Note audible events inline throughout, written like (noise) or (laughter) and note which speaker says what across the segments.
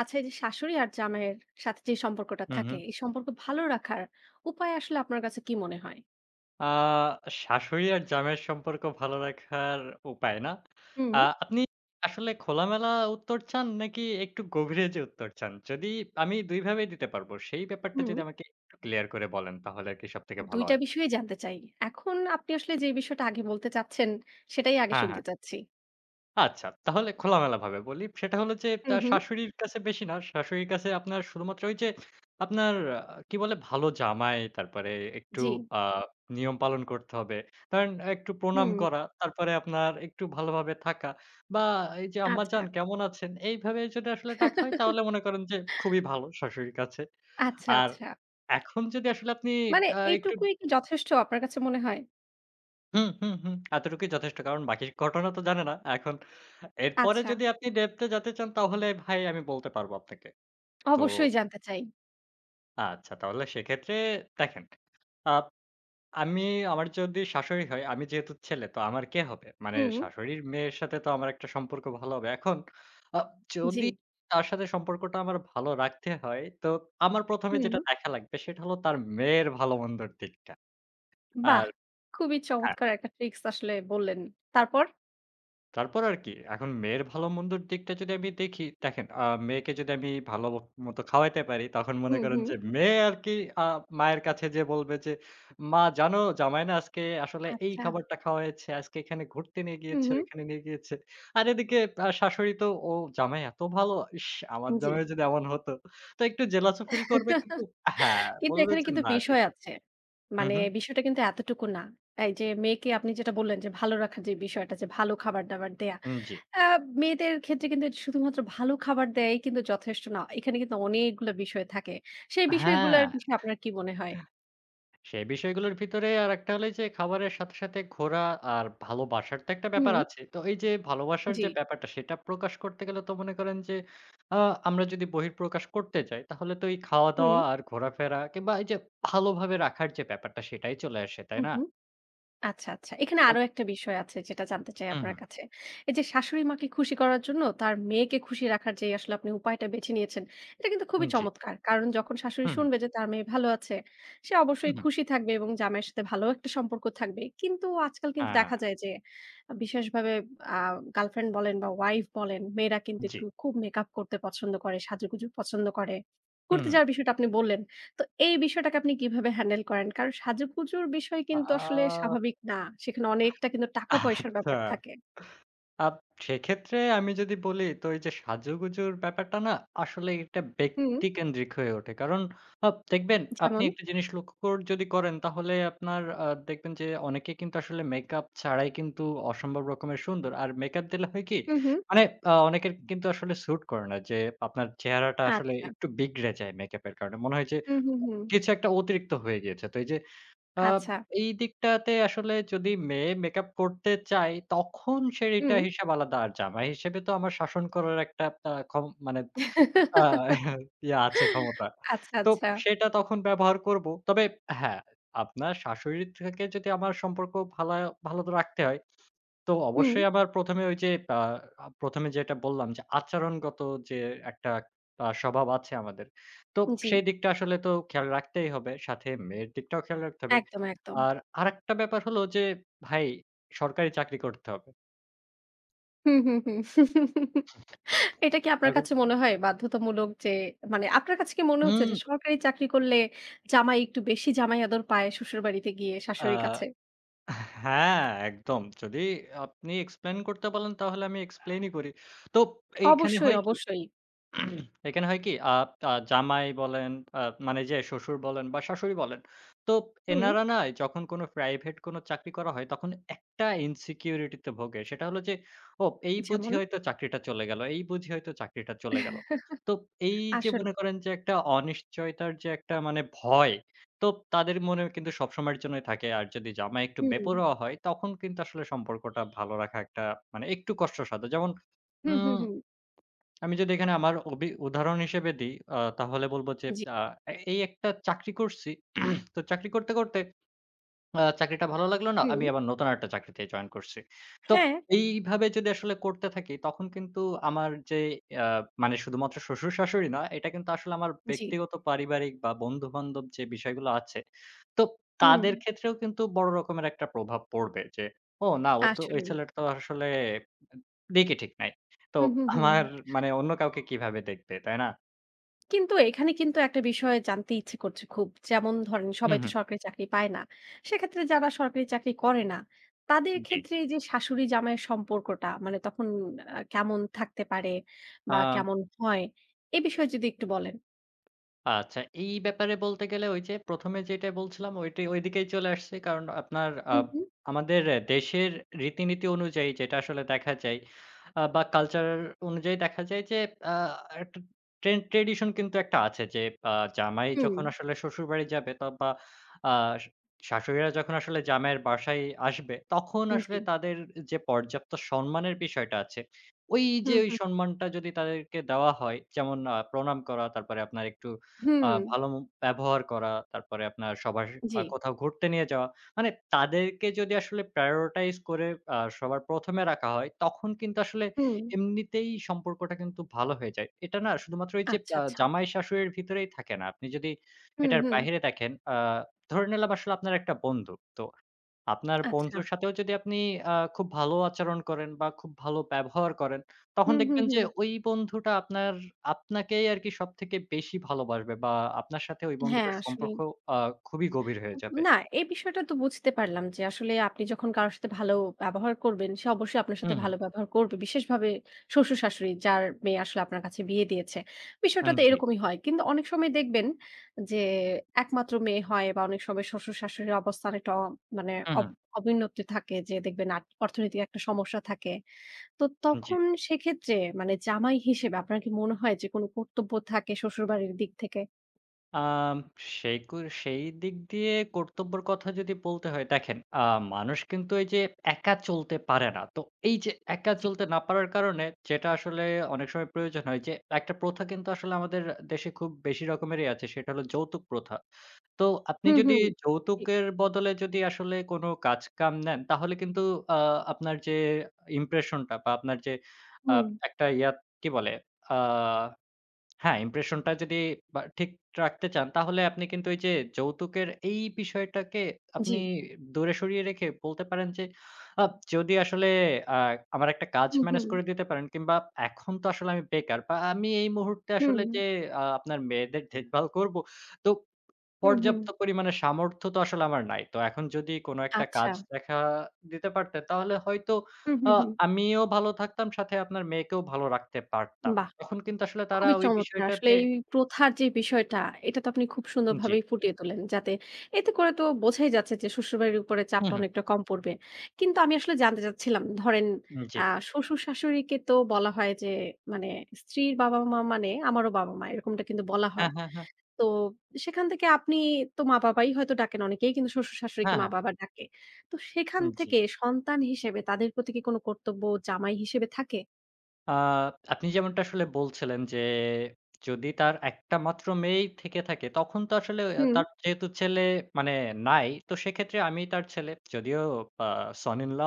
Speaker 1: আচ্ছা, এই যে শাশুড়ি আর জামাইয়ের সাথে যে সম্পর্কটা
Speaker 2: হুম,
Speaker 1: থাকে,
Speaker 2: হুম।
Speaker 1: এই সম্পর্ক ভালো রাখার উপায় আসলে আপনার কাছে কি মনে হয়?
Speaker 2: আ শাশুড়ি আর জামাইয়ের সম্পর্ক ভালো রাখার উপায়, না?
Speaker 1: হুম,
Speaker 2: আপনি আসলে খোলামেলা উত্তর চান নাকি একটু গভীরে যেয়ে উত্তর চান? যদি আমি ২ ভাবেই দিতে পারবো। সেই ব্যাপারটা
Speaker 1: হুম।
Speaker 2: যদি আমাকে একটু ক্লিয়ার করে বলেন তাহলে আরকি সবথেকে
Speaker 1: ২
Speaker 2: ভালো
Speaker 1: টা
Speaker 2: হয়।
Speaker 1: বিষয়ই জানতে চাই। এখন আপনি আসলে যে বিষয়টা আগে বলতে চাচ্ছেন, সেটাই আগে
Speaker 2: হ্যাঁ,
Speaker 1: শুনতে
Speaker 2: হ্যাঁ।
Speaker 1: চাচ্ছি।
Speaker 2: আচ্ছা, তাহলে খোলামেলাভাবে বলি। সেটা হলো যে
Speaker 1: হুম,
Speaker 2: তার
Speaker 1: হুম।
Speaker 2: শাশুড়ির কাছে বেশি না। শাশুড়ির কাছে আপনার শুধুমাত্র ওই যে আপনার আ কি বলে ভালো জামাই, তারপরে একটু
Speaker 1: জি।
Speaker 2: আ নিয়ম পালন করতে হবে। ধরেন একটু প্রণাম
Speaker 1: হুম।
Speaker 2: করা, তারপরে আপনার একটু ভালোভাবে থাকা বা এই যে "আম্মা
Speaker 1: আচ্ছা।
Speaker 2: জান কেমন আছেন?" এইভাবে যদি আসলে ডাকা হয় তাহলে মনে করেন যে খুবই ভালো শাশুড়ির কাছে।
Speaker 1: আচ্ছা,
Speaker 2: আর
Speaker 1: আচ্ছা।
Speaker 2: এখন যদি আসলে আপনি
Speaker 1: মানে
Speaker 2: আ একটু
Speaker 1: এইটুকুই কি যথেষ্ট আপনার কাছে মনে হয়?
Speaker 2: হুম, হুম, হুম। এতটুকুই যথেষ্ট। কারণ বাকি ঘটনা তো জানে না। এখন এরপরে
Speaker 1: আচ্ছা,
Speaker 2: যদি আপনি ডেপথ এ যেতে চান তাহলে ভাই আমি বলতে পারবো আপনাকে। তো
Speaker 1: অবশ্যই জানতে চাই।
Speaker 2: আচ্ছা তাহলে সেক্ষেত্রে দেখেন, আপ আমি আমার যদি শাশুড়ি হয়, আমি যেহেতু ছেলে তো আমার কে হবে? মানে
Speaker 1: হুম।
Speaker 2: শাশুড়ির মেয়ের সাথে তো আমার একটা সম্পর্ক ভালো হবে। এখন আ
Speaker 1: জি।
Speaker 2: যদি তার সাথে সম্পর্কটা আমার ভালো রাখতে হয়, তো আমার ১ম এ
Speaker 1: হুম।
Speaker 2: যেটা দেখা লাগবে সেটা হলো তার মেয়ের ভালো-মন্দর দিকটা।
Speaker 1: বাহ!
Speaker 2: আর
Speaker 1: খুবই
Speaker 2: হ্যাঁ।
Speaker 1: চমৎকার একটা ট্রিক্স আসলে বললেন। তারপর?
Speaker 2: তারপর আর কি? এখন মেয়ের ভালো মন্দর দিকটা যদি আমি দেখি, দেখেন মেয়েকে যদি আমি ভালো মতো খাওয়াইতে পারি, তখন মনে
Speaker 1: হুম,
Speaker 2: করেন
Speaker 1: হুম।
Speaker 2: যে মেয়ে আর কি আ মায়ের কাছে যেয়ে বলবে যে, "মা জানো জামাই না আজকে আসলে এই
Speaker 1: আচ্ছা।
Speaker 2: খাবারটা খাওয়াইছে, আজকে এখানে ঘুরতে নিয়ে
Speaker 1: হুম,
Speaker 2: গিয়েছে,
Speaker 1: হুম।
Speaker 2: ওইখানে নিয়ে গিয়েছে।" আর এদিকে শাশুড়ি তো, "ও জামাই এত ভালো! ইস! আমার
Speaker 1: জি।
Speaker 2: জামাই যদি এমন হতো।" তো একটু জেলাসও ফিল করবে কিন্তু হ্যাঁ,
Speaker 1: কিন্তু
Speaker 2: বলবে
Speaker 1: এখানে
Speaker 2: যে,
Speaker 1: কিন্তু
Speaker 2: "না ঠিক
Speaker 1: বিষয়
Speaker 2: আছে।"
Speaker 1: আছে।
Speaker 2: হুম,
Speaker 1: মানে
Speaker 2: হুম।
Speaker 1: বিষয়টা কিন্তু এতটুকু না। এই যে মেয়েকে আপনি যেটা বললেন যে ভালো রাখার যে বিষয়টা যে ভালো খাবার-দাবার দেয়া।
Speaker 2: জি।
Speaker 1: আ মেয়েদের ক্ষেত্রে কিন্তু এটা শুধুমাত্র ভালো খাবার দেয়াই কিন্তু যথেষ্ট না। এখানে কিন্তু অনেকগুলো বিষয় থাকে। সেই বিষয়গুলোর
Speaker 2: হ্যাঁ।
Speaker 1: বিষয়ে আপনার কি মনে হয়?
Speaker 2: সেই বিষয়গুলোর ভিতরে আরেকটা হলো এই যে খাবারের সাথে, সাথে ঘোরা আর ভালোবাসার তো একটা
Speaker 1: হুম।
Speaker 2: ব্যাপার আছে। তো এই যে ভালোবাসার
Speaker 1: জি।
Speaker 2: যে ব্যাপারটা সেটা প্রকাশ করতে গেলে তো মনে করেন যে আ আমরা যদি বহিঃপ্রকাশ করতে যাই তাহলে তো এই
Speaker 1: হুম।
Speaker 2: খাওয়া-দাওয়া আর ঘোরাফেরা কিংবা এই যে ভালোভাবে রাখার যে ব্যাপারটা সেটাই চলে আসে, তাই
Speaker 1: হুম,
Speaker 2: না?
Speaker 1: হুম। আচ্ছা, আচ্ছা। এখানে
Speaker 2: তো
Speaker 1: আরো একটা বিষয় আছে যেটা জানতে চাই
Speaker 2: হুম,
Speaker 1: আপনার
Speaker 2: হুম।
Speaker 1: কাছে। এই যে শাশুড়ি মাকে খুশি করার জন্য তার মেয়েকে খুশি রাখার যে আসলে আপনি উপায়টা বেছে নিয়েছেন, এটা কিন্তু খুবই
Speaker 2: জি।
Speaker 1: চমৎকার। কারণ যখন শাশুড়ি
Speaker 2: হুম, হুম।
Speaker 1: শুনবে যে তার মেয়ে ভালো আছে, সে অবশ্যই
Speaker 2: হুম, হুম।
Speaker 1: খুশি থাকবে এবং জামাইয়ের সাথে ভালো একটা সম্পর্ক থাকবে। কিন্তু আজকাল কিন্তু
Speaker 2: হ্যাঁ,
Speaker 1: দেখা যায় যে বিশেষভাবে আ গার্লফ্রেন্ড বলেন বা ওয়াইফ বলেন, মেয়েরা কিন্তু
Speaker 2: জি।
Speaker 1: একটু খুব মেকআপ করতে পছন্দ করে, সাজুগুজু পছন্দ করে।
Speaker 2: হুম,
Speaker 1: করতে
Speaker 2: হুম।
Speaker 1: যাওয়ার বিষয়টা আপনি বললেন। তো এই বিষয়টাকে আপনি কিভাবে হ্যান্ডেল করেন? কারণ সাজুগুজুর বিষয় কিন্তু আসলে
Speaker 2: আ
Speaker 1: স্বাভাবিক না। সেখানে অনেকটা কিন্তু টাকা-পয়সার
Speaker 2: আচ্ছা।
Speaker 1: ব্যাপার থাকে।
Speaker 2: আপ সেক্ষেত্রে আমি যদি বলি তো এই যে সাজুগুজুর ব্যাপারটা না আসলে এটা
Speaker 1: হুম,
Speaker 2: ব্যক্তিকেন্দ্রিক হয়ে ওঠে। কারণ দেখবেন আপনি
Speaker 1: যেমন?
Speaker 2: একটা জিনিস লক্ষ্য যদি করেন তাহলে আপনার দেখবেন যে অনেকে কিন্তু আসলে মেকআপ ছাড়াই কিন্তু অসম্ভব রকমের সুন্দর। আর মেকআপ দিলে হয় কি
Speaker 1: হুম, হুম।
Speaker 2: মানে অনেকের কিন্তু আসলে স্যুট করে না যে আপনার চেহারাটা আসলে
Speaker 1: আচ্ছা।
Speaker 2: একটু বিগড়ে যায় মেকআপ এর কারণে। মনে হয় যে
Speaker 1: হুম, হুম, হুম।
Speaker 2: কিছু একটা অতিরিক্ত হয়ে গিয়েছে। তো এই যে আ
Speaker 1: আচ্ছা।
Speaker 2: এই দিকটাতে আসলে যদি মেয়ে মেকআপ করতে চায়, তখন সে
Speaker 1: হুম।
Speaker 2: এটা হিসাব আলাদা। আর জামা হিসেবে তো আমার শাসন করার একটা আ ক্ষম মানে আ ইয়া
Speaker 1: (laughs)
Speaker 2: (laughs) আছে ক্ষমতা।
Speaker 1: আচ্ছা,
Speaker 2: তো
Speaker 1: আচ্ছা।
Speaker 2: সেটা তখন ব্যবহার করব। তবে হ্যাঁ, আপনার শাশুড়ি থেকে যদি আমার সম্পর্ক ভালো তো রাখতে হয় তো
Speaker 1: হুম।
Speaker 2: অবশ্যই আমার ১ম এ ওই যে আ আ ১ম এ যেটা বললাম যে আচরণগত যে একটা স্বভাব আছে আমাদের। তো
Speaker 1: জি।
Speaker 2: সেই দিকটা আসলে তো খেয়াল রাখতেই হবে। সাথে মেয়ের দিকটাও খেয়াল রাখতে হবে।
Speaker 1: একদম, একদম।
Speaker 2: আর আরেকটা ব্যাপার হলো যে ভাই সরকারি চাকরি করতে হবে।
Speaker 1: হুম, হুম, হুম। (laughs) এটা কি আপনার
Speaker 2: এখন
Speaker 1: কাছে মনে হয় বাধ্যতামূলক যে মানে আপনার কাছে কি মনে হচ্ছে
Speaker 2: হুম,
Speaker 1: যে সরকারি চাকরি করলে জামাই একটু বেশি জামাই আদর পায় শ্বশুরবাড়িতে গিয়ে
Speaker 2: আ
Speaker 1: শাশুড়ির কাছে?
Speaker 2: হ্যাঁ, একদম। যদি আপনি এক্সপ্লেইন করতে বলেন তাহলে আমি এক্সপ্লেইনই করি। তো এইখানে
Speaker 1: অবশ্যই,
Speaker 2: হয় কি
Speaker 1: অবশ্যই।
Speaker 2: এখানে হয় কি আ আ জামাই বলেন আ মানে যে শ্বশুর বলেন বা শাশুড়ি বলেন। তো
Speaker 1: হুম,
Speaker 2: এনারা না যখন কোনো প্রাইভেট কোনো চাকরি করা হয় তখন একটা ইনসিকিউরিটি তে ভোগে। সেটা হলো যে ও এই বুঝি
Speaker 1: যেমন?
Speaker 2: হয়তো চাকরিটা চলে গেল, এই বুঝি হয়তো চাকরিটা চলে গেল। তো এই যে
Speaker 1: আসলে
Speaker 2: মনে করেন যে একটা অনিশ্চয়তার যে একটা মানে ভয়, তো তাদের মনে কিন্তু সবসময়ের জন্যই থাকে। আর যদি জামাই একটু
Speaker 1: হুম,
Speaker 2: বেপরোয়া হয় তখন কিন্তু আসলে সম্পর্কটা ভালো রাখা একটা মানে একটু কষ্টসাধ্য। যেমন
Speaker 1: হুম, হুম,
Speaker 2: উম
Speaker 1: হুম,
Speaker 2: আমি যদি এখানে আমার উদাহরণ হিসেবে দিই, তাহলে বলব যে
Speaker 1: জি,
Speaker 2: আ এই একটা চাকরি করছি। (clears throat) তো চাকরি করতে, করতে চাকরিটা ভালো লাগলো না,
Speaker 1: হুম,
Speaker 2: আমি আবার নতুন আরেকটা চাকরিতে জয়েন করছি। তো
Speaker 1: হ্যাঁ,
Speaker 2: এইভাবে যদি আসলে করতে থাকি তখন কিন্তু আমার যে আ মানে শুধুমাত্র শ্বশুর-শাশুড়ি নয়, এটা কিন্তু আসলে আমার
Speaker 1: জি,
Speaker 2: ব্যক্তিগত পারিবারিক বা বন্ধু-বান্ধব যে বিষয়গুলো আছে, তো
Speaker 1: হুম,
Speaker 2: তাদের ক্ষেত্রেও কিন্তু বড় রকমের একটা প্রভাব পড়বে যে, "ও না ও তো ওই
Speaker 1: আসলেই।
Speaker 2: ছেলেটা তো আসলে দিকই ঠিক নাই। তো
Speaker 1: হুম, হুম, হুম,
Speaker 2: আমার মানে অন্য কাউকে কিভাবে দেখবে, তাই না?"
Speaker 1: কিন্তু এখানে কিন্তু একটা বিষয় জানতে ইচ্ছে করছে খুব। যেমন ধরেন
Speaker 2: হু,
Speaker 1: সবাই তো
Speaker 2: হু।
Speaker 1: সরকারি চাকরি পায় না। সেক্ষেত্রে যারা সরকারি চাকরি করে না, তাদের
Speaker 2: জি।
Speaker 1: ক্ষেত্রে এই যে শাশুড়ি জামাইয়ের সম্পর্কটা মানে তখন কেমন থাকতে পারে বা
Speaker 2: আ
Speaker 1: কেমন হয়? এ বিষয়ে যদি একটু বলেন।
Speaker 2: আচ্ছা, এই ব্যাপারে বলতে গেলে ওই যে ১ম এ যেটা বলছিলাম ওইটাই ওইদিকেই চলে আসছি। কারণ আপনার আ
Speaker 1: হুম, হুম,
Speaker 2: আমাদের দেশের রীতিনীতি অনুযায়ী যেটা আসলে দেখা যায় বা কালচার অনুযায়ী দেখা যায় যে আ একটা ট্র্যাডিশন কিন্তু একটা আছে যে আ জামাই যখন আসলে শ্বশুরবাড়ি যাবে বা আ শাশুড়িরা যখন আসলে জামাইয়ের বাসায় আসবে তখন
Speaker 1: হুম, জি,
Speaker 2: আসলে তাদের যে পর্যাপ্ত সম্মানের বিষয়টা আছে, ওই যে
Speaker 1: হুম,
Speaker 2: ওই
Speaker 1: হুম,
Speaker 2: সম্মানটা যদি তাদেরকে দেওয়া হয় যেমন প্রণাম করা তারপরে আপনার একটু
Speaker 1: হুম,
Speaker 2: ভালো ব্যবহার করা, তারপরে আপনার সবার
Speaker 1: জি,
Speaker 2: কোথাও ঘুরতে নিয়ে যাওয়া। মানে তাদেরকে যদি আসলে prioritize করে সবার ১ম এ রাখা হয়, তখন কিন্তু আসলে
Speaker 1: হুম,
Speaker 2: এমনিতেই সম্পর্কটা কিন্তু ভালো হয়ে যায়। এটা না শুধুমাত্র ওই যে
Speaker 1: আচ্ছা, আচ্ছা,
Speaker 2: জামাই-শাশুড়ির ভিতরেই থাকে না। আপনি যদি
Speaker 1: হুম,
Speaker 2: এটার
Speaker 1: হুম,
Speaker 2: বাহিরে দেখেন, ধরে নিলাম আসলে আপনার একটা বন্ধু। তো আপনার
Speaker 1: আচ্ছা।
Speaker 2: বন্ধুর সাথেও যদি আপনি খুব ভালো আচরণ করেন বা খুব ভালো ব্যবহার করেন, তখন
Speaker 1: হুম, হুম,
Speaker 2: দেখবেন যে
Speaker 1: হুম।
Speaker 2: ওই বন্ধুটা আপনাকেই আরকি সবথেকে বেশি ভালোবাসবে বা আপনার সাথে ওই
Speaker 1: হ্যাঁ,
Speaker 2: বন্ধুটার
Speaker 1: আসলেই।
Speaker 2: সম্পর্ক আ খুবই গভীর হয়ে যাবে।
Speaker 1: না, এই বিষয়টা তো বুঝতে পারলাম যে আসলে আপনি যখন কারো সাথে ভালো ব্যবহার করবেন, সে অবশ্যই আপনার সাথে
Speaker 2: হুম, হুম।
Speaker 1: ভালো ব্যবহার করবে। বিশেষভাবে শ্বশুর-শাশুড়ি যার মেয়ে আসলে আপনার কাছে বিয়ে দিয়েছে। বিষয়টা তো
Speaker 2: জি।
Speaker 1: এরকমই হয়। কিন্তু অনেক সময় দেখবেন যে একমাত্র মেয়ে হয় বা অনেক সময় শ্বশুর-শাশুড়ির অবস্থান একটা মানে
Speaker 2: হুম,
Speaker 1: অব
Speaker 2: হুম।
Speaker 1: অবনতি থাকে যে দেখবেন অর্থনৈতিক একটা সমস্যা থাকে। তো
Speaker 2: জি।
Speaker 1: তখন সেক্ষেত্রে মানে জামাই হিসেবে আপনার কি মনে হয় যে কোনো কর্তব্য থাকে শ্বশুরবাড়ির দিক থেকে?
Speaker 2: আম সেইকু সেই দিক দিয়ে কর্তব্যের কথা যদি বলতে হয়, দেখেন মানুষ কিন্তু এই যে একা চলতে পারে না। তো এই যে একা চলতে না পারার কারণে যেটা আসলে অনেক সময় প্রয়োজন হয় যে একটা প্রথা কিন্তু আসলে আমাদের দেশে খুব বেশি রকমেরই আছে। সেটা হলো যৌতুক প্রথা। তো আপনি
Speaker 1: হুম,
Speaker 2: যদি
Speaker 1: হুম। ঠিক।
Speaker 2: যৌতুকের বদলে যদি আসলে কোনো কাজ-কাম নেন তাহলে কিন্তু আ আপনার যে ইমপ্রেশনটা বা আপনার যে আ
Speaker 1: হুম।
Speaker 2: একটা কি বলে? আ হ্যাঁ, ইমপ্রেশনটা যদি বা ঠিক রাখতে চান তাহলে আপনি কিন্তু ওই যে যৌতুকের এই বিষয়টাকে
Speaker 1: জি।
Speaker 2: আপনি দূরে সরিয়ে রেখে বলতে পারেন যে, আ যদি আসলে আ আমার একটা কাজ
Speaker 1: হুম,
Speaker 2: ম্যানেজ
Speaker 1: হুম।
Speaker 2: করে দিতে পারেন কিংবা এখন তো আসলে আমি বেকার বা আমি এই মুহূর্তে
Speaker 1: হুম,
Speaker 2: আসলে যে আপনার মেয়েদের দেখভাল করব। তো
Speaker 1: হুম, হুম।
Speaker 2: পর্যাপ্ত পরিমাণে সামর্থ্য তো আসলে আমার নাই। তো এখন যদি কোনো একটা
Speaker 1: আচ্ছা।
Speaker 2: কাজ দেখা দিতে পারতেন, তাহলে হয়তো
Speaker 1: হুম, হুম,
Speaker 2: আ
Speaker 1: হুম।
Speaker 2: আমিও ভালো থাকতাম, সাথে আপনার মেয়েকেও ভালো রাখতে পারতাম।
Speaker 1: বাহ!
Speaker 2: তখন কিন্তু আসলে তারা
Speaker 1: খুবই
Speaker 2: ওই
Speaker 1: চমৎকার। আসলে
Speaker 2: বিষয়টাতে
Speaker 1: এই প্রথার যে বিষয়টা, এটা তো আপনি খুব
Speaker 2: জি।
Speaker 1: সুন্দরভাবেই ফুটিয়ে তোলেন। যাতে এতে করে তো বোঝাই যাচ্ছে যে শ্বশুরবাড়ির উপরে
Speaker 2: হু,
Speaker 1: চাপটা
Speaker 2: হু।
Speaker 1: অনেকটা কম পড়বে। কিন্তু আমি আসলে জানতে চাচ্ছিলাম, ধরেন
Speaker 2: জি।
Speaker 1: আ শ্বশুর-শাশুড়িকে তো বলা হয় যে মানে স্ত্রীর বাবা-মা মানে আমারও বাবা-মা এরকমটা কিন্তু বলা হয়।
Speaker 2: হ্যাঁ, হ্যাঁ, হ্যাঁ।
Speaker 1: তো সেখান থেকে আপনি তো মা-বাবাই হয়তো ডাকেন অনেকেই কিন্তু শ্বশুর-শাশুড়িকে
Speaker 2: হ্যাঁ, হ্যাঁ।
Speaker 1: মা-বাবা ডাকে। তো সেখান
Speaker 2: জি।
Speaker 1: থেকে সন্তান হিসেবে তাদের প্রতি কি কোনো কর্তব্য জামাই হিসেবে থাকে?
Speaker 2: আ আপনি যেমনটা আসলে বলছিলেন যে, যদি তার একটা মাত্র মেয়েই থেকে থাকে, তখন তো আসলে
Speaker 1: হুম,
Speaker 2: তার যেহেতু ছেলে মানে নাই, তো সেক্ষেত্রে আমি তার ছেলে। যদিও আ সন ইন ল,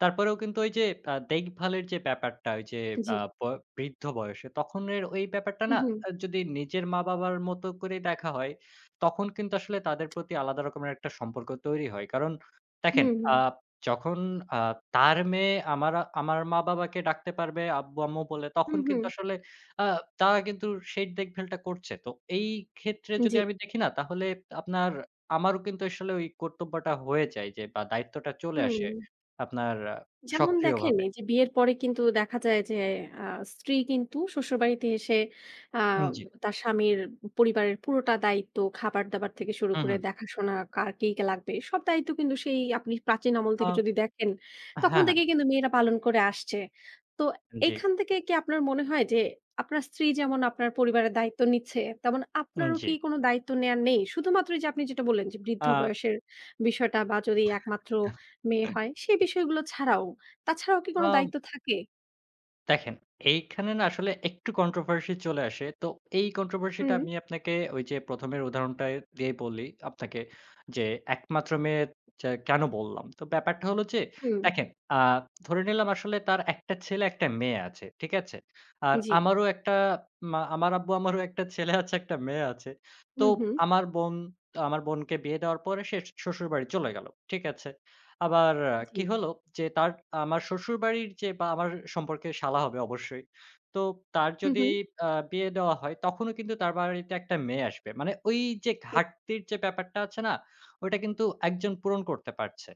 Speaker 2: তারপরেও কিন্তু ওই যে দেখভালের যে ব্যাপারটা, ওই যে
Speaker 1: জি।
Speaker 2: আ ব বৃদ্ধ বয়সে, তখনের ওই ব্যাপারটা
Speaker 1: হু,
Speaker 2: না
Speaker 1: হু।
Speaker 2: যদি নিজের মা-বাবার মতো করে দেখা হয়, তখন কিন্তু আসলে তাদের প্রতি আলাদা রকমের একটা সম্পর্ক তৈরি হয়। কারণ দেখেন
Speaker 1: হুম, হুম।
Speaker 2: আ যখন আ তার মেয়ে আমার আমার মা-বাবাকে ডাকতে পারবে আব্বু-আম্মু বলে,
Speaker 1: হুম,
Speaker 2: তখন
Speaker 1: হুম।
Speaker 2: কিন্তু আসলে আ তারা কিন্তু সেই দেখভালটা করছে। তো এই ক্ষেত্রে যদি
Speaker 1: জি।
Speaker 2: আমি দেখি না তাহলে আপনার আমারও কিন্তু আসলে ওই কর্তব্যটা হয়ে যায় যে বা দায়িত্বটা চলে
Speaker 1: হুম।
Speaker 2: আসে আপনার আহ,
Speaker 1: যেমন দেখেন
Speaker 2: সক্রিয়ভাবে।
Speaker 1: এই যে বিয়ের পরে কিন্তু দেখা যায় যে আ স্ত্রী কিন্তু শ্বশুরবাড়িতে এসে আ
Speaker 2: জি।
Speaker 1: তার স্বামীর পরিবারের পুরোটা দায়িত্ব খাবার-দাবার থেকে শুরু
Speaker 2: হুম,
Speaker 1: করে
Speaker 2: হুম।
Speaker 1: দেখাশোনা কার কি লাগবে সব দায়িত্ব কিন্তু সেই আপনি প্রাচীন আমল
Speaker 2: আ
Speaker 1: থেকে যদি দেখেন তখন
Speaker 2: হ্যাঁ,
Speaker 1: থেকেই
Speaker 2: হ্যাঁ।
Speaker 1: কিন্তু মেয়েরা পালন করে আসছে। তো
Speaker 2: জি,
Speaker 1: এখান থেকে কি আপনার মনে হয় যে আপনার স্ত্রী যেমন আপনার পরিবারের দায়িত্ব নিচ্ছে তেমন আপনারও
Speaker 2: জি।
Speaker 1: কি কোনো দায়িত্ব নেয়ার নেই? শুধুমাত্র এই যে আপনি যেটা বললেন যে বৃদ্ধ
Speaker 2: আ
Speaker 1: বয়সের বিষয়টা বা যদি একমাত্র মেয়ে হয় সেই বিষয়গুলো ছাড়াও? তাছাড়াও কি কোনো
Speaker 2: আ
Speaker 1: দায়িত্ব থাকে?
Speaker 2: দেখেন, এইখানে না আসলে একটু কন্ট্রোভার্সি চলে আসে। তো এই কন্ট্রোভার্সিটা
Speaker 1: হুম,
Speaker 2: আমি আপনাকে ওই যে ১ম এর উদাহরণটা দিয়েই বলি আপনাকে যে, একমাত্র মেয়ে যে কেন বললাম? তো ব্যাপারটা হলো যে,
Speaker 1: হুম।
Speaker 2: দেখেন আ ধরে নিলাম আসলে তার একটা ছেলে, একটা মেয়ে আছে। ঠিক আছে? আর
Speaker 1: জি।
Speaker 2: আমারও একটা মা আমার আব্বু আমারও একটা ছেলে আছে, একটা মেয়ে আছে। তো
Speaker 1: হুম, হুম।
Speaker 2: আমার বোন আমার বোনকে বিয়ে দেওয়ার পরে সে শ্বশুরবাড়ি চলে গেল। ঠিক আছে? আবার
Speaker 1: জি।
Speaker 2: কি হলো যে আমার শ্বশুরবাড়ির যে বা আমার সম্পর্কে শালা হবে অবশ্যই। তো তার
Speaker 1: হুম,
Speaker 2: যদি
Speaker 1: হুম।
Speaker 2: বিয়ে দেওয়া হয় তখনও কিন্তু তার বাড়িতে একটা মেয়ে আসবে। মানে ওই যে
Speaker 1: হুম।
Speaker 2: ঘাটতির যে ব্যাপারটা আছে না? ওটা কিন্তু একজন পূরণ করতে পারছে।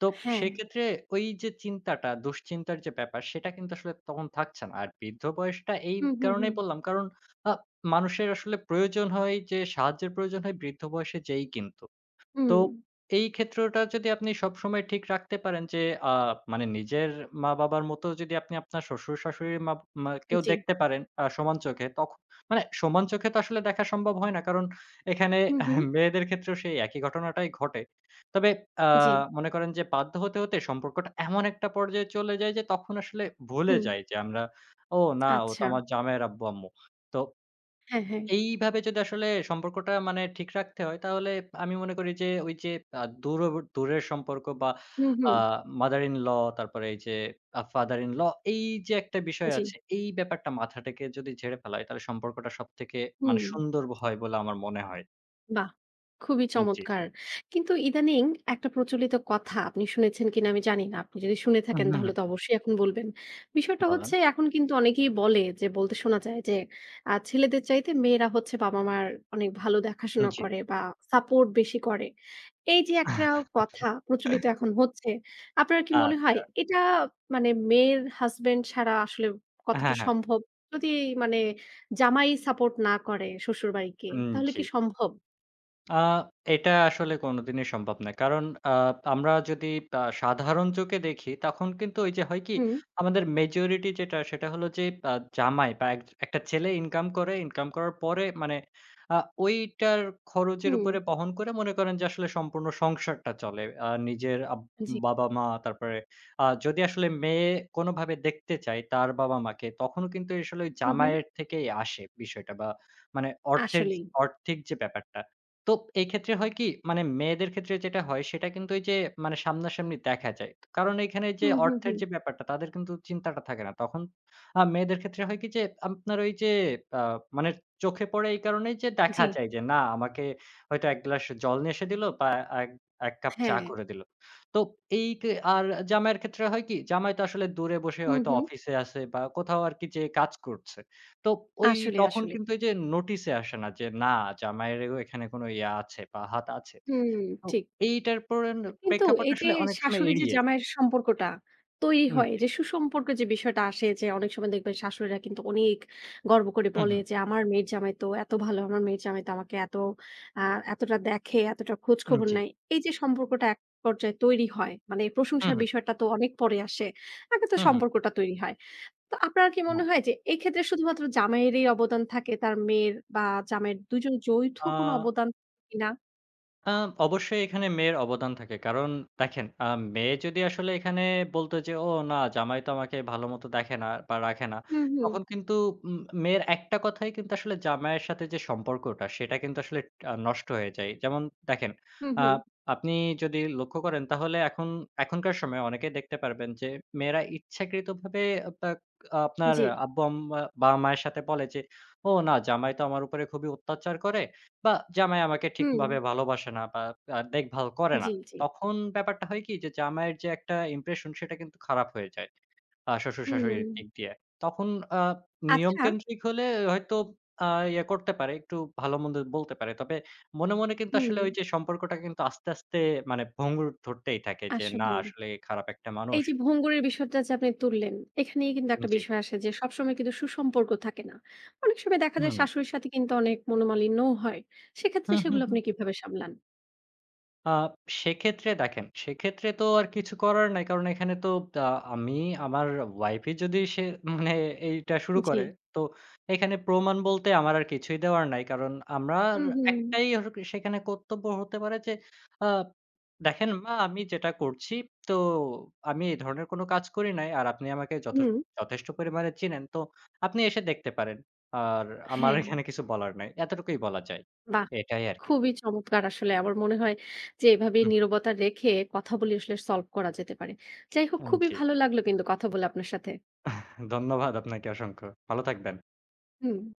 Speaker 2: তো
Speaker 1: হ্যাঁ।
Speaker 2: সেক্ষেত্রে ওই যে চিন্তাটা, দুশ্চিন্তার যে ব্যাপার সেটা কিন্তু আসলে তখন থাকছে না। আর বৃদ্ধ বয়সটা এই
Speaker 1: হুম, হুম, হুম।
Speaker 2: কারণেই বললাম কারণ আ মানুষের আসলে প্রয়োজন হয় যে সাহায্যের প্রয়োজন হয় বৃদ্ধ বয়সে যেয়েই কিন্তু। তো
Speaker 1: হুম।
Speaker 2: এই ক্ষেত্রটা যদি আপনি সবসময় ঠিক রাখতে পারেন যে, আ মানে নিজের মা-বাবার মতো যদি আপনি আপনার শ্বশুর-শাশুড়ির মা মা কেও
Speaker 1: জি।
Speaker 2: দেখতে পারেন সমান চোখে, তখন মানে সমান চোখে তো আসলে দেখা সম্ভব হয় না। কারণ এখানে
Speaker 1: হুম, হুম।
Speaker 2: (laughs) মেয়েদের ক্ষেত্রেও সেই একই ঘটনাটাই ঘটে। তবে আ
Speaker 1: জি।
Speaker 2: মনে করেন যে বাধ্য হতে, হতে সম্পর্কটা এমন একটা পর্যায়ে চলে যায় যে তখন আসলে ভুলে
Speaker 1: হুম।
Speaker 2: যাই যে আমরা, "ও না, ও তো
Speaker 1: আচ্ছা।
Speaker 2: আমার জামাইয়ের আব্বু-আম্মু।" তো
Speaker 1: হ্যাঁ, হ্যাঁ।
Speaker 2: এইভাবে যদি আসলে সম্পর্কটা মানে ঠিক রাখতে হয় তাহলে আমি মনে করি যে ওই যে আ দূর দূরের সম্পর্ক বা
Speaker 1: হুম,
Speaker 2: আ
Speaker 1: হুম।
Speaker 2: mother in law তারপরে এই যে father in law এই যে একটা বিষয়
Speaker 1: জি।
Speaker 2: আছে এই ব্যাপারটা মাথা থেকে যদি ঝেড়ে ফেলা হয় তাহলে সম্পর্কটা সবথেকে
Speaker 1: হুম।
Speaker 2: মানে সুন্দর হয় বলে আমার মনে হয়।
Speaker 1: বাহ! খুবই
Speaker 2: জি।
Speaker 1: চমৎকার। কিন্তু ইদানিং একটা প্রচলিত কথা আপনি শুনেছেন কিনা আমি জানি না। আপনি যদি শুনে
Speaker 2: হুম,
Speaker 1: থাকেন
Speaker 2: হুম,
Speaker 1: তাহলে তো অবশ্যই এখন বলবেন। বিষয়টা
Speaker 2: বলেন।
Speaker 1: হচ্ছে এখন কিন্তু অনেকেই বলে যে বলতে শোনা যায় যে ছেলেদের চাইতে মেয়েরা হচ্ছে বাবা-মার অনেক ভালো দেখাশোনা
Speaker 2: জি।
Speaker 1: করে বা সাপোর্ট বেশি করে। এই যে একটা কথা প্রচলিত এখন হচ্ছে, আপনার কি মনে হয়
Speaker 2: আচ্ছা।
Speaker 1: এটা মানে মেয়ের হাসব্যান্ড ছাড়া আসলে কতটা
Speaker 2: হ্যাঁ, হ্যাঁ।
Speaker 1: সম্ভব? যদি মানে জামাই সাপোর্ট না করে শ্বশুরবাড়িকে
Speaker 2: উম
Speaker 1: তাহলে
Speaker 2: জি।
Speaker 1: কি সম্ভব?
Speaker 2: আ এটা আসলে কোনোদিনই সম্ভব না। কারণ আ আমরা যদি সাধারণ চোখে দেখি, তখন কিন্তু ওই যে হয় কি?
Speaker 1: হুম,
Speaker 2: আমাদের মেজরিটি যেটা সেটা হলো যে আ জামাই বা এক একটা ছেলে ইনকাম করে, ইনকাম করার পরে মানে আ ওইটার খরচের
Speaker 1: হুম।
Speaker 2: উপরে বহন করে মনে করেন যে আসলে সম্পূর্ণ সংসারটা চলে। আ নিজের আব
Speaker 1: জি।
Speaker 2: বাবা-মা তারপরে যদি আসলে মেয়ে কোনোভাবে দেখতে চায় তার বাবা-মাকে, তখনও কিন্তু আসলে ওই
Speaker 1: হুম, হুম।
Speaker 2: জামাইয়ের থেকেই আসে বিষয়টা বা মানে অর্থের,
Speaker 1: আসলেই।
Speaker 2: অর্থিক যে ব্যাপারটা তো এই ক্ষেত্রে হয় কি? মানে মেয়েদের ক্ষেত্রে যেটা হয় সেটা কিন্তু এই যে মানে সামনাসামনি দেখা যায়। কারণ এইখানে যে
Speaker 1: হুম, হুম,
Speaker 2: অর্থের
Speaker 1: হুম।
Speaker 2: যে ব্যাপারটা তাদের কিন্তু চিন্তাটা থাকে না। তখন মেয়েদের ক্ষেত্রে হয় কি যে আপনার ওই যে আ মানে চোখে পড়ে এই কারণেই যে
Speaker 1: জি,
Speaker 2: দেখা যায় যে না আমাকে হয়তো ১ গ্লাস জল নিয়ে এসে দিল বা এক ১ কাপ চা
Speaker 1: হ্যাঁ।
Speaker 2: করে দিল। তো এই কে আর জামাইয়ের ক্ষেত্রে হয় কি? জামাই তো আসলে দূরে বসে
Speaker 1: হুম,
Speaker 2: হয়তো
Speaker 1: হুম।
Speaker 2: অফিসে আছে বা কোথাও আরকি যেয়ে কাজ করছে। তো ওই
Speaker 1: আসলে,
Speaker 2: তখন
Speaker 1: আসলে।
Speaker 2: কিন্তু এই যে নোটিসে আসে না যে না জামাইয়েরও এখানে কোনো আছে বা হাত আছে।
Speaker 1: হুম,
Speaker 2: তো
Speaker 1: ঠিক।
Speaker 2: এইটার পরে
Speaker 1: কিন্তু
Speaker 2: প্রেক্ষাপট
Speaker 1: এই যে
Speaker 2: আসলে অনেক সময়
Speaker 1: শাশুড়ি যে
Speaker 2: এড়িয়ে যায়।
Speaker 1: জামাইয়ের সম্পর্কটা তৈরি হয়,
Speaker 2: জি।
Speaker 1: যে সুসম্পর্কের যে বিষয়টা আসে যে অনেক সময় দেখবেন শাশুড়িরা কিন্তু অনেক গর্ব করে
Speaker 2: হু,
Speaker 1: বলে
Speaker 2: হু।
Speaker 1: যে, "আমার মেয়ের জামাই তো এত ভালো, আমার মেয়ের জামাই তো আমাকে এত আ এতটা দেখে, এতটা খোঁজখবর
Speaker 2: জি।
Speaker 1: নেয়।" এই যে সম্পর্কটা এক পর্যায়ে তৈরি হয়, মানে
Speaker 2: হু,
Speaker 1: প্রশংসার
Speaker 2: হু।
Speaker 1: বিষয়টা তো অনেক পরে আসে। আগে তো
Speaker 2: হু, হু।
Speaker 1: সম্পর্কটা তৈরি হয়। তো আপনার কি মনে হয় যে এই ক্ষেত্রে শুধুমাত্র জামাইয়েরই অবদান থাকে তার মেয়ের বা জামাইয়ের ২ জন যৌথ
Speaker 2: আ
Speaker 1: কোনো অবদান থাকে কিনা?
Speaker 2: আ অবশ্যই এখানে মেয়ের অবদান থাকে। কারণ দেখেন মেয়ে যদি আসলে এখানে বলতো যে, "ও না জামাই তো আমাকে ভালোমতো দেখে না বা রাখে না।"
Speaker 1: হুম, হুম।
Speaker 2: তখন কিন্তু মেয়ের একটা কথাই কিন্তু আসলে জামাইয়ের সাথে যে সম্পর্কটা সেটা কিন্তু আসলে নষ্ট হয়ে যায়। যেমন দেখেন
Speaker 1: হুম,
Speaker 2: আ
Speaker 1: হুম।
Speaker 2: আপনি যদি লক্ষ্য করেন তাহলে এখনকার সময়ে অনেকেই দেখতে পারবেন যে মেয়েরা ইচ্ছাকৃতভাবে আপনার আপনার
Speaker 1: জি।
Speaker 2: বাবা-মায়ের সাথে বলে যে, "ও না জামাই তো আমার উপরে খুবই অত্যাচার করে।" বা জামাই আমাকে
Speaker 1: হুম।
Speaker 2: ঠিকভাবে ভালোবাসে না বা দেখভাল করে না।
Speaker 1: জি, জি।
Speaker 2: তখন ব্যাপারটা হয় কি যে জামাইয়ের যে একটা ইমপ্রেশন সেটা কিন্তু খারাপ হয়ে যায়।
Speaker 1: হুম।
Speaker 2: শ্বশুর-শাশুড়ির দিক দিয়ে। তখন আ
Speaker 1: আচ্ছা
Speaker 2: নিয়মকেন্দ্রিক হলে হয়তো আ ইয়ে করতে পারে, একটু ভালো-মন্দ বলতে পারে। তবে মনে, মনে কিন্তু
Speaker 1: হুম,
Speaker 2: আসলে ওই যে সম্পর্কটা কিন্তু আস্তে, আস্তে মানে ভঙ্গুর ধরতেই থাকে যে না
Speaker 1: আসলে
Speaker 2: আসলে খারাপ একটা
Speaker 1: এই
Speaker 2: মানুষ।
Speaker 1: যে ভঙ্গুরের বিষয়টা যে আপনি তুললেন, এখানেই কিন্তু একটা
Speaker 2: জি।
Speaker 1: বিষয় আসে যে সবসময় কিন্তু সুসম্পর্ক থাকে না। অনেক সময় দেখা যায়
Speaker 2: হুম।
Speaker 1: শাশুড়ির সাথে কিন্তু অনেক মনোমালিন্যও হয়। সেক্ষেত্রে
Speaker 2: হু, হু,
Speaker 1: সেগুলো
Speaker 2: হু।
Speaker 1: আপনি কিভাবে সামলান?
Speaker 2: আ সেক্ষেত্রে দেখেন, সেক্ষেত্রে তো আর কিছু করার নাই। কারণ এখানে তো আ আমি আমার ওয়াইফই যদি সে মানে এইটা শুরু
Speaker 1: জি।
Speaker 2: করে, তো এখানে প্রমাণ বলতে আমার আর কিছুই দেওয়ার নাই। কারণ আমার
Speaker 1: হুম, হুম।
Speaker 2: একটাই হল কি সেখানে কর্তব্য হতে পারে যে, আ দেখেন মা আমি যেটা করছি তো আমি এই ধরনের কোনো কাজ করি নাই। আর আপনি আমাকে
Speaker 1: হুম,
Speaker 2: যথেষ্ট পরিমাণে চিনেন। তো আপনি এসে দেখতে পারেন। আর আমার
Speaker 1: হ্যাঁ।
Speaker 2: এখানে কিছু বলার নাই। এতটুকুই বলা যায়।
Speaker 1: বাহ!
Speaker 2: এটাই আরকি।
Speaker 1: খুবই চমৎকার আসলে। আমার মনে হয় যে এভাবে
Speaker 2: হুম,
Speaker 1: নীরবতা রেখে কথা বলে আসলে সলভ করা যেতে পারে। যাই হোক
Speaker 2: হুম।
Speaker 1: খুবই
Speaker 2: জি।
Speaker 1: ভালো লাগলো কিন্তু কথা বলে আপনার সাথে।
Speaker 2: ধন্যবাদ আপনাকে অসংখ্য। ভালো থাকবেন।
Speaker 1: হুম।